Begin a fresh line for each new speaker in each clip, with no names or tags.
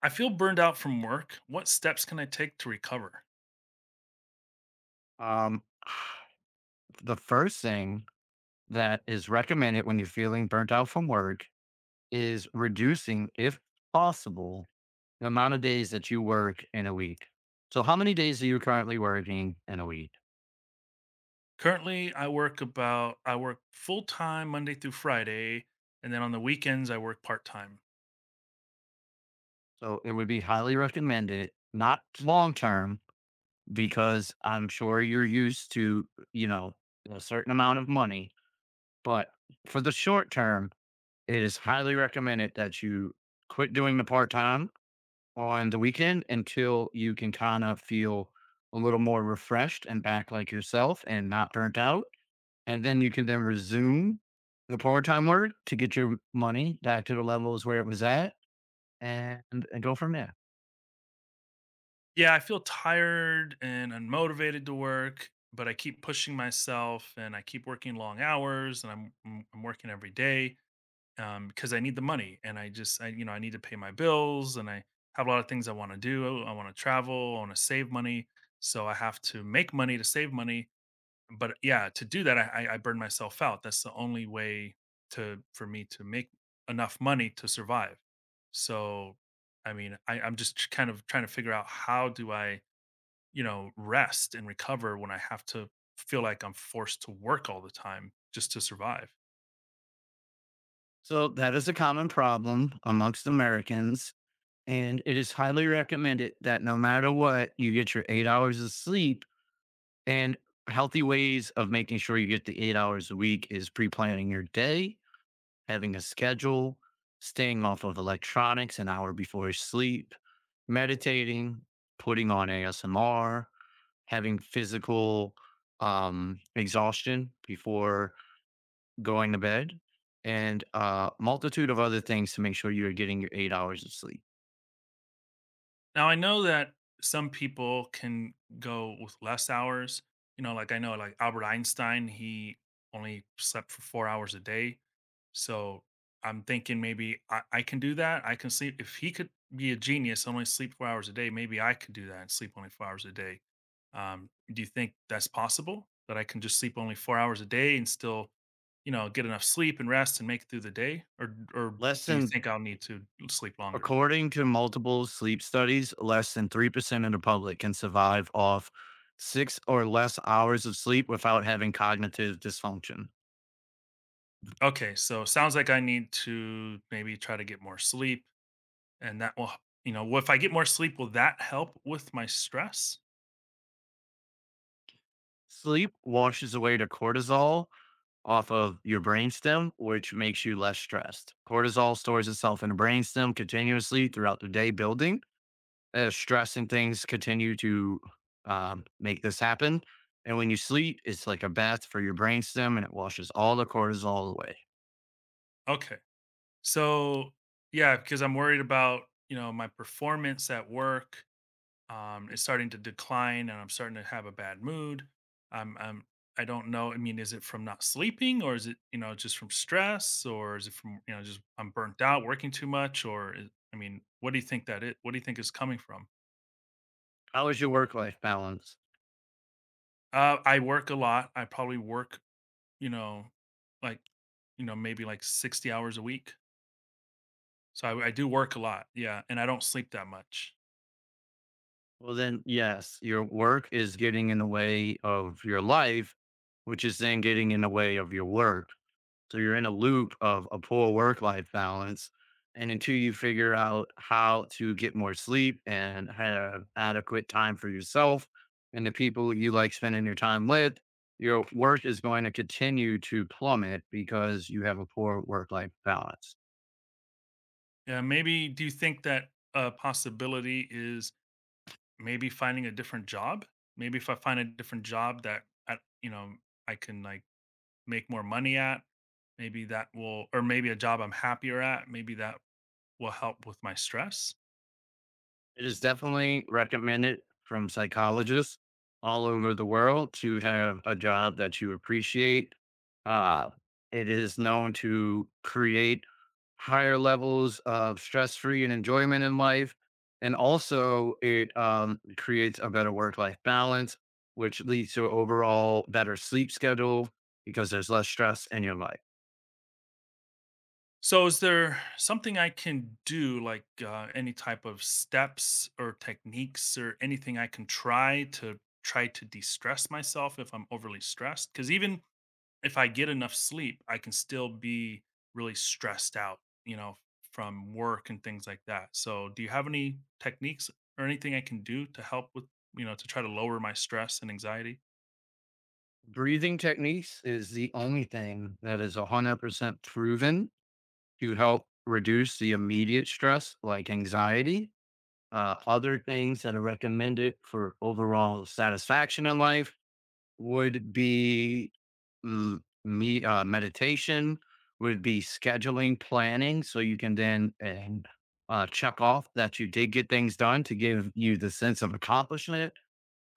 I feel burned out from work. What steps can I take to recover?
Um, the first thing that is recommended when you're feeling burnt out from work is reducing, if possible, the amount of days that you work in a week. So, how many days are you currently working in a week?
Currently, I work full time Monday through Friday, and then on the weekends I work part time.
So, it would be highly recommended, not long term, because I'm sure you're used to, you know, a certain amount of money. But for the short term, it is highly recommended that you quit doing the part time on the weekend until you can kind of feel a little more refreshed and back like yourself and not burnt out. And then you can then resume the part-time work to get your money back to the levels where it was at and go from there.
Yeah, I feel tired and unmotivated to work, but I keep pushing myself and I keep working long hours and I'm working every day, because I need the money and I just I you know I need to pay my bills and I have a lot of things I want to do. I want to travel. I want to save money, so I have to make money to save money. But yeah, to do that, I burn myself out. That's the only way to for me to make enough money to survive. So, I mean, I'm just kind of trying to figure out how do I, rest and recover when I have to feel like I'm forced to work all the time just to survive.
So that is a common problem amongst Americans. And it is highly recommended that no matter what, you get your 8 hours of sleep, and healthy ways of making sure you get the 8 hours a week is pre-planning your day, having a schedule, staying off of electronics an hour before sleep, meditating, putting on ASMR, having physical exhaustion before going to bed, and a multitude of other things to make sure you're getting your 8 hours of sleep.
Now I know that some people can go with less hours. You know, like I know like Albert Einstein, he only slept for 4 hours a day. So I'm thinking maybe I can do that. I can sleep if he could be a genius and only sleep 4 hours a day, maybe I could do that and sleep only 4 hours a day. Do you think that's possible? That I can just sleep only 4 hours a day and still, get enough sleep and rest and make it through the day? Or
Less
do you
than
think I'll need to sleep longer?
According to multiple sleep studies, less than 3% of the public can survive off six or less hours of sleep without having cognitive dysfunction.
Okay, so sounds like I need to maybe try to get more sleep, and that will, well, if I get more sleep, will that help with my stress?
Sleep washes away the cortisol off of your brainstem, which makes you less stressed. Cortisol stores itself in the brainstem continuously throughout the day, building. Stress and things continue to make this happen. And when you sleep, it's like a bath for your brainstem, and it washes all the cortisol away.
Okay, so yeah, because I'm worried about my performance at work. It's starting to decline, and I'm starting to have a bad mood. I'm, I'm, I don't know. I mean, is it from not sleeping, or is it just from stress, or is it from just I'm burnt out, working too much, or is, I mean, what do you think that it? What do you think is coming from?
How is your work life balance?
I work a lot. I probably work, you know, like, maybe like 60 hours a week. So I do work a lot. Yeah. And I don't sleep that much.
Well, then, yes, your work is getting in the way of your life, which is then getting in the way of your work. So you're in a loop of a poor work life balance. And until you figure out how to get more sleep and have adequate time for yourself and the people you like spending your time with, your work is going to continue to plummet because you have a poor work life balance.
Yeah. Maybe do you think that a possibility is maybe finding a different job? Maybe if I find a different job that, I can like make more money at, maybe that will, or maybe a job I'm happier at, maybe that will help with my stress.
It is definitely recommended from psychologists all over the world to have a job that you appreciate. Uh, it is known to create higher levels of stress free and enjoyment in life. And also, it creates a better work life balance, which leads to overall better sleep schedule because there's less stress in your life.
So, is there something I can do, like any type of steps or techniques or anything I can try to de stress myself if I'm overly stressed? Because even if I get enough sleep, I can still be really stressed out, you know, from work and things like that. So, do you have any techniques or anything I can do to help with, to try to lower my stress and anxiety?
Breathing techniques is the only thing that is 100% proven to help reduce the immediate stress, like anxiety. Other things that are recommended for overall satisfaction in life would be l- me meditation, would be scheduling, planning, so you can then and check off that you did get things done to give you the sense of accomplishment.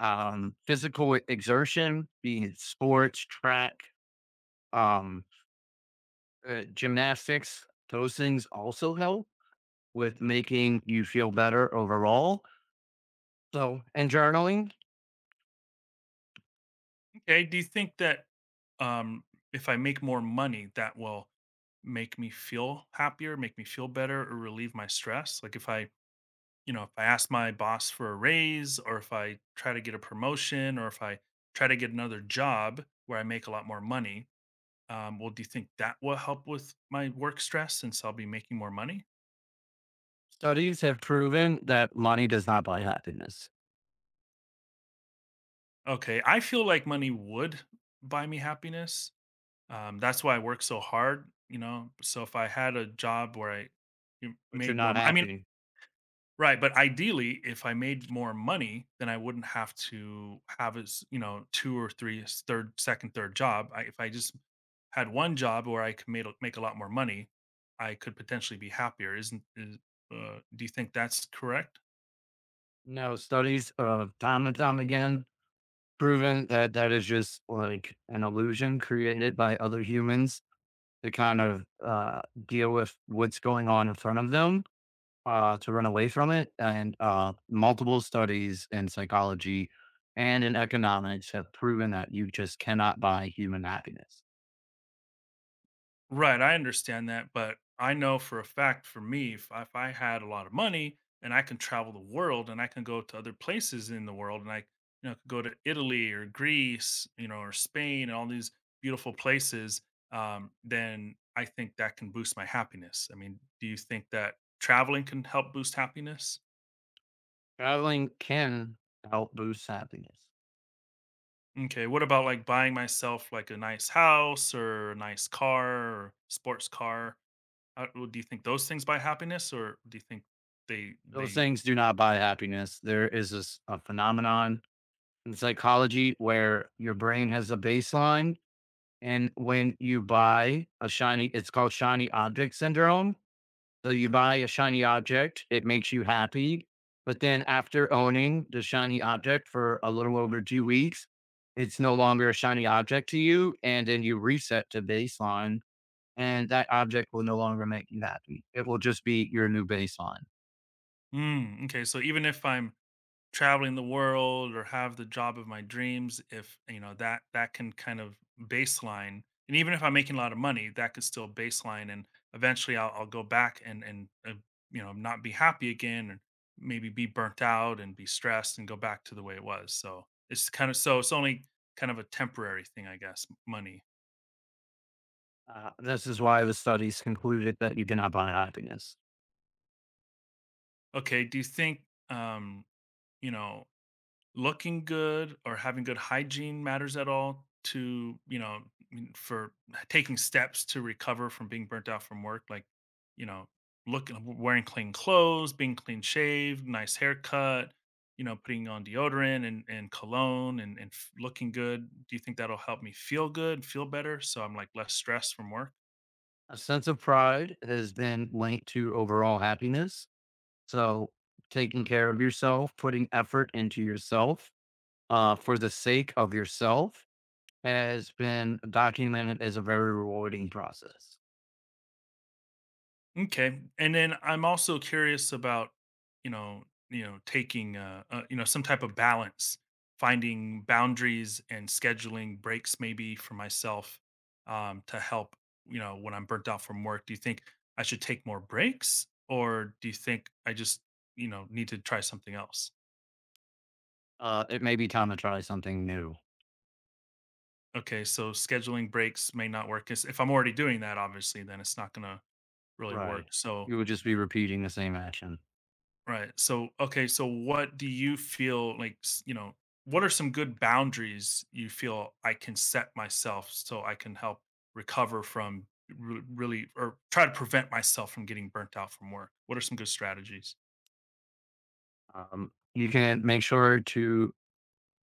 Physical exertion, being it sports, track, um, gymnastics, those things also help with making you feel better overall. So, in journaling,
Okay, do you think that um, if I make more money, that will make me feel happier, make me feel better, or relieve my stress? Like if I ask my boss for a raise, or if I try to get a promotion, or if I try to get another job where I make a lot more money, well, do you think that will help with my work stress since I'll be making more money?
studies have proven that money does not buy happiness,
Okay, I feel like money would buy me happiness. That's why I work so hard, you know? So if I had a job where I m
but you're
made more
not
I mean,
happy.
right, but ideally, if I made more money, then I wouldn't have to have as, 2 or 3 s third, second, third job. I if I just had 1 job where I could make a lot more money, I could potentially be happier. Isn't is do you think that's correct?
No, studies, time and time again, proven that that is just like an illusion created by other humans to kind of deal with what's going on in front of them, to run away from it. And multiple studies in psychology and in economics have proven that you just cannot buy human happiness.
Right, I understand that, but I know for a fact for me, if I had a lot of money and I can travel the world and I can go to other places in the world and I, could go to Italy or Greece, or Spain and all these beautiful places, then I think that can boost my happiness. I mean, do you think that traveling can help boost happiness?
Traveling can help boost happiness.
Okay, what about like buying myself like a nice house or a nice car or sports car? Well, do you think those things buy happiness, or do you think they
Those
they?
things do not buy happiness. There is this a phenomenon in psychology where your brain has a baseline, and when you buy a shiny, it's called shiny object syndrome. So you buy a shiny object, it makes you happy, but then after owning the shiny object for a little over 2 weeks, it's no longer a shiny object to you, and then you reset to baseline, and that object will no longer make you happy. It will just be your new baseline.
Mm, okay, so even if I'm traveling the world or have the job of my dreams, if you know that that can kind of baseline, and even if I'm making a lot of money, that could still baseline, and eventually I'll go back and not be happy again, and maybe be burnt out and be stressed and go back to the way it was. So it's only kind of a temporary thing, I guess. Money.
This is why the studies concluded that you cannot buy happiness.
Okay. Do you think you know looking good or having good hygiene matters at all to, I mean, for taking steps to recover from being burnt out from work, like, you know looking, wearing clean clothes, being clean shaved, nice haircut, putting on deodorant and cologne and looking good, do you think that'll help me feel good, feel better, so I'm like less stressed from work?
A sense of pride has been linked to overall happiness. So, taking care of yourself, putting effort into yourself for the sake of yourself, has been documented as a very rewarding process.
Okay. And then I'm also curious about, you know, taking some type of balance, finding boundaries and scheduling breaks maybe for myself to help, when I'm burnt out from work. Do you think I should take more breaks or do you think I just, need to try something else?
It may be time to try something new.
Okay, so scheduling breaks may not work, 'cause if I'm already doing that, obviously, then it's not going to really work.
Right.
So.
You would just be repeating the same action.
Right. So, okay. So, what do you feel like, what are some good boundaries you feel I can set myself so I can help recover from really or try to prevent myself from getting burnt out from work? What are some good strategies?
You can make sure to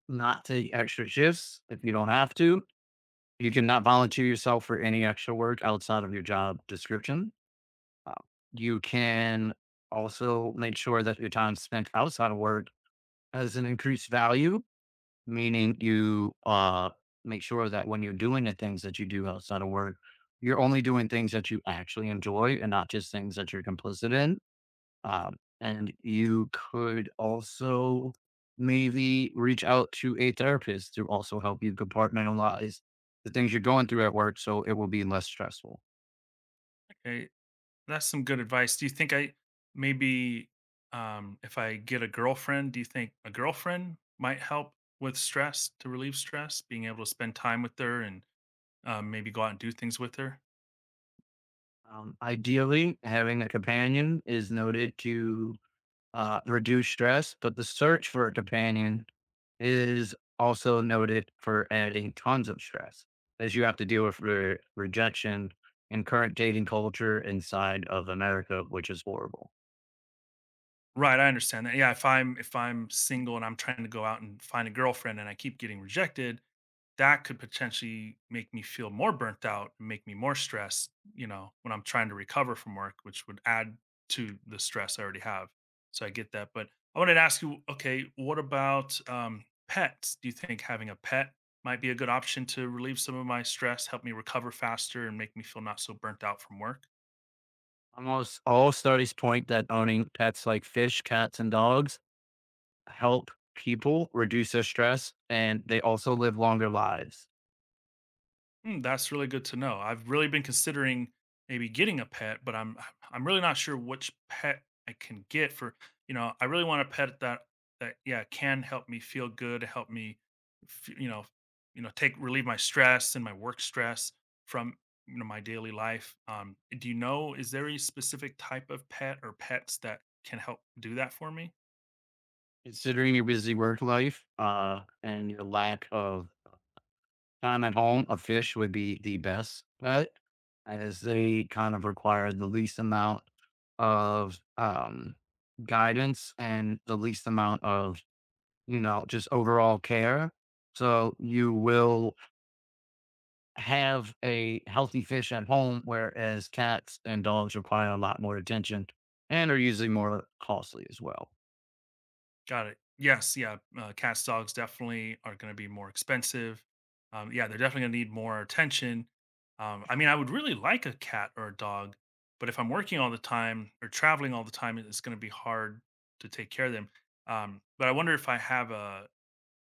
not take extra shifts if you don't have to. You cannot volunteer yourself for any extra work outside of your job description. Uh, you can also make sure that your time spent outside of work has an increased value, meaning you make sure that when you're doing the things that you do outside of work, you're only doing things that you actually enjoy and not just things that you're complicit in, and you could also maybe reach out to a therapist to also help you compartmentalize the things you're going through at work so it will be less stressful.
Okay. That's some good advice. Do you think I maybe, if I get a girlfriend, do you think a girlfriend might help with stress to relieve stress, being able to spend time with her and maybe go out and do things with her?
Ideally, having a companion is noted to reduce stress, but the search for a companion is also noted for adding tons of stress as you have to deal with rejection and current dating culture inside of America, which is horrible.
Right, I understand that. Yeah, if I'm single and I'm trying to go out and find a girlfriend and I keep getting rejected, that could potentially make me feel more burnt out and make me more stressed, when I'm trying to recover from work, which would add to the stress I already have. So I get that. But I wanted to ask you, okay, what about pets? Do you think having a pet might be a good option to relieve some of my stress, help me recover faster, and make me feel not so burnt out from work?
Almost all studies point that owning pets like fish, cats, and dogs help people reduce their stress, and they also live longer lives.
Mm, that's really good to know. I've really been considering maybe getting a pet, but I'm I'm really not sure which pet I can get for, I really want a pet that, yeah, can help me feel good, help me f- you know, take relieve my stress and my work stress from, my daily life. Do you know is there any specific type of pet or pets that can help do that for me?
Considering your busy work life and your lack of time at home, a fish would be the best pet as they kind of require the least amount of guidance and the least amount of, you know, just overall care. So you will have a healthy fish at home, whereas cats and dogs require a lot more attention and are usually more costly as well.
Got it. Yes, yeah, cats, dogs definitely are gonna be more expensive. Yeah, they're definitely gonna need more attention. I mean, I would really like a cat or a dog, but if I'm working all the time or traveling all the time, it's gonna be hard to take care of them. But I wonder if I have a,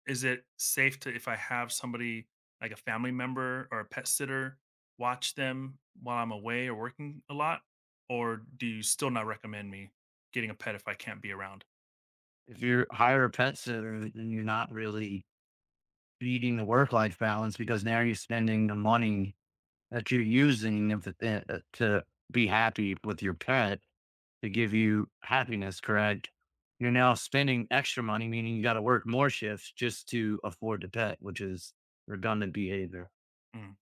is it safe to, if I have somebody like a family member or a pet sitter watch them while I'm away or working a lot? Or do you still not recommend me getting a pet if I can't be around?
If you hire a pet sitter, then you're not really beating the work life balance because now you're spending the money that you're using of the to be happy with your pet to give you happiness, correct? You're now spending extra money, meaning you got to work more shifts just to afford the pet, which is redundant behavior.
Mm.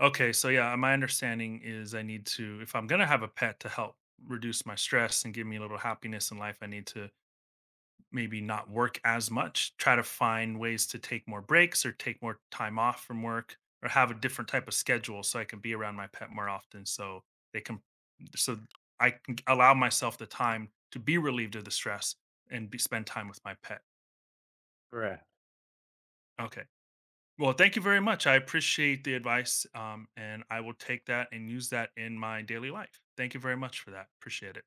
Okay, so yeah, my understanding is I need to, if I'm gonna have a pet to help reduce my stress and give me a little happiness in life, I need to maybe not work as much, try to find ways to take more breaks or take more time off from work or have a different type of schedule so I can be around my pet more often so they can, so I can allow myself the time to be relieved of the stress and be, spend time with my pet.
Correct.
Okay. Well, thank you very much. I appreciate the advice, and I will take that and use that in my daily life. Thank you very much for that. Appreciate it.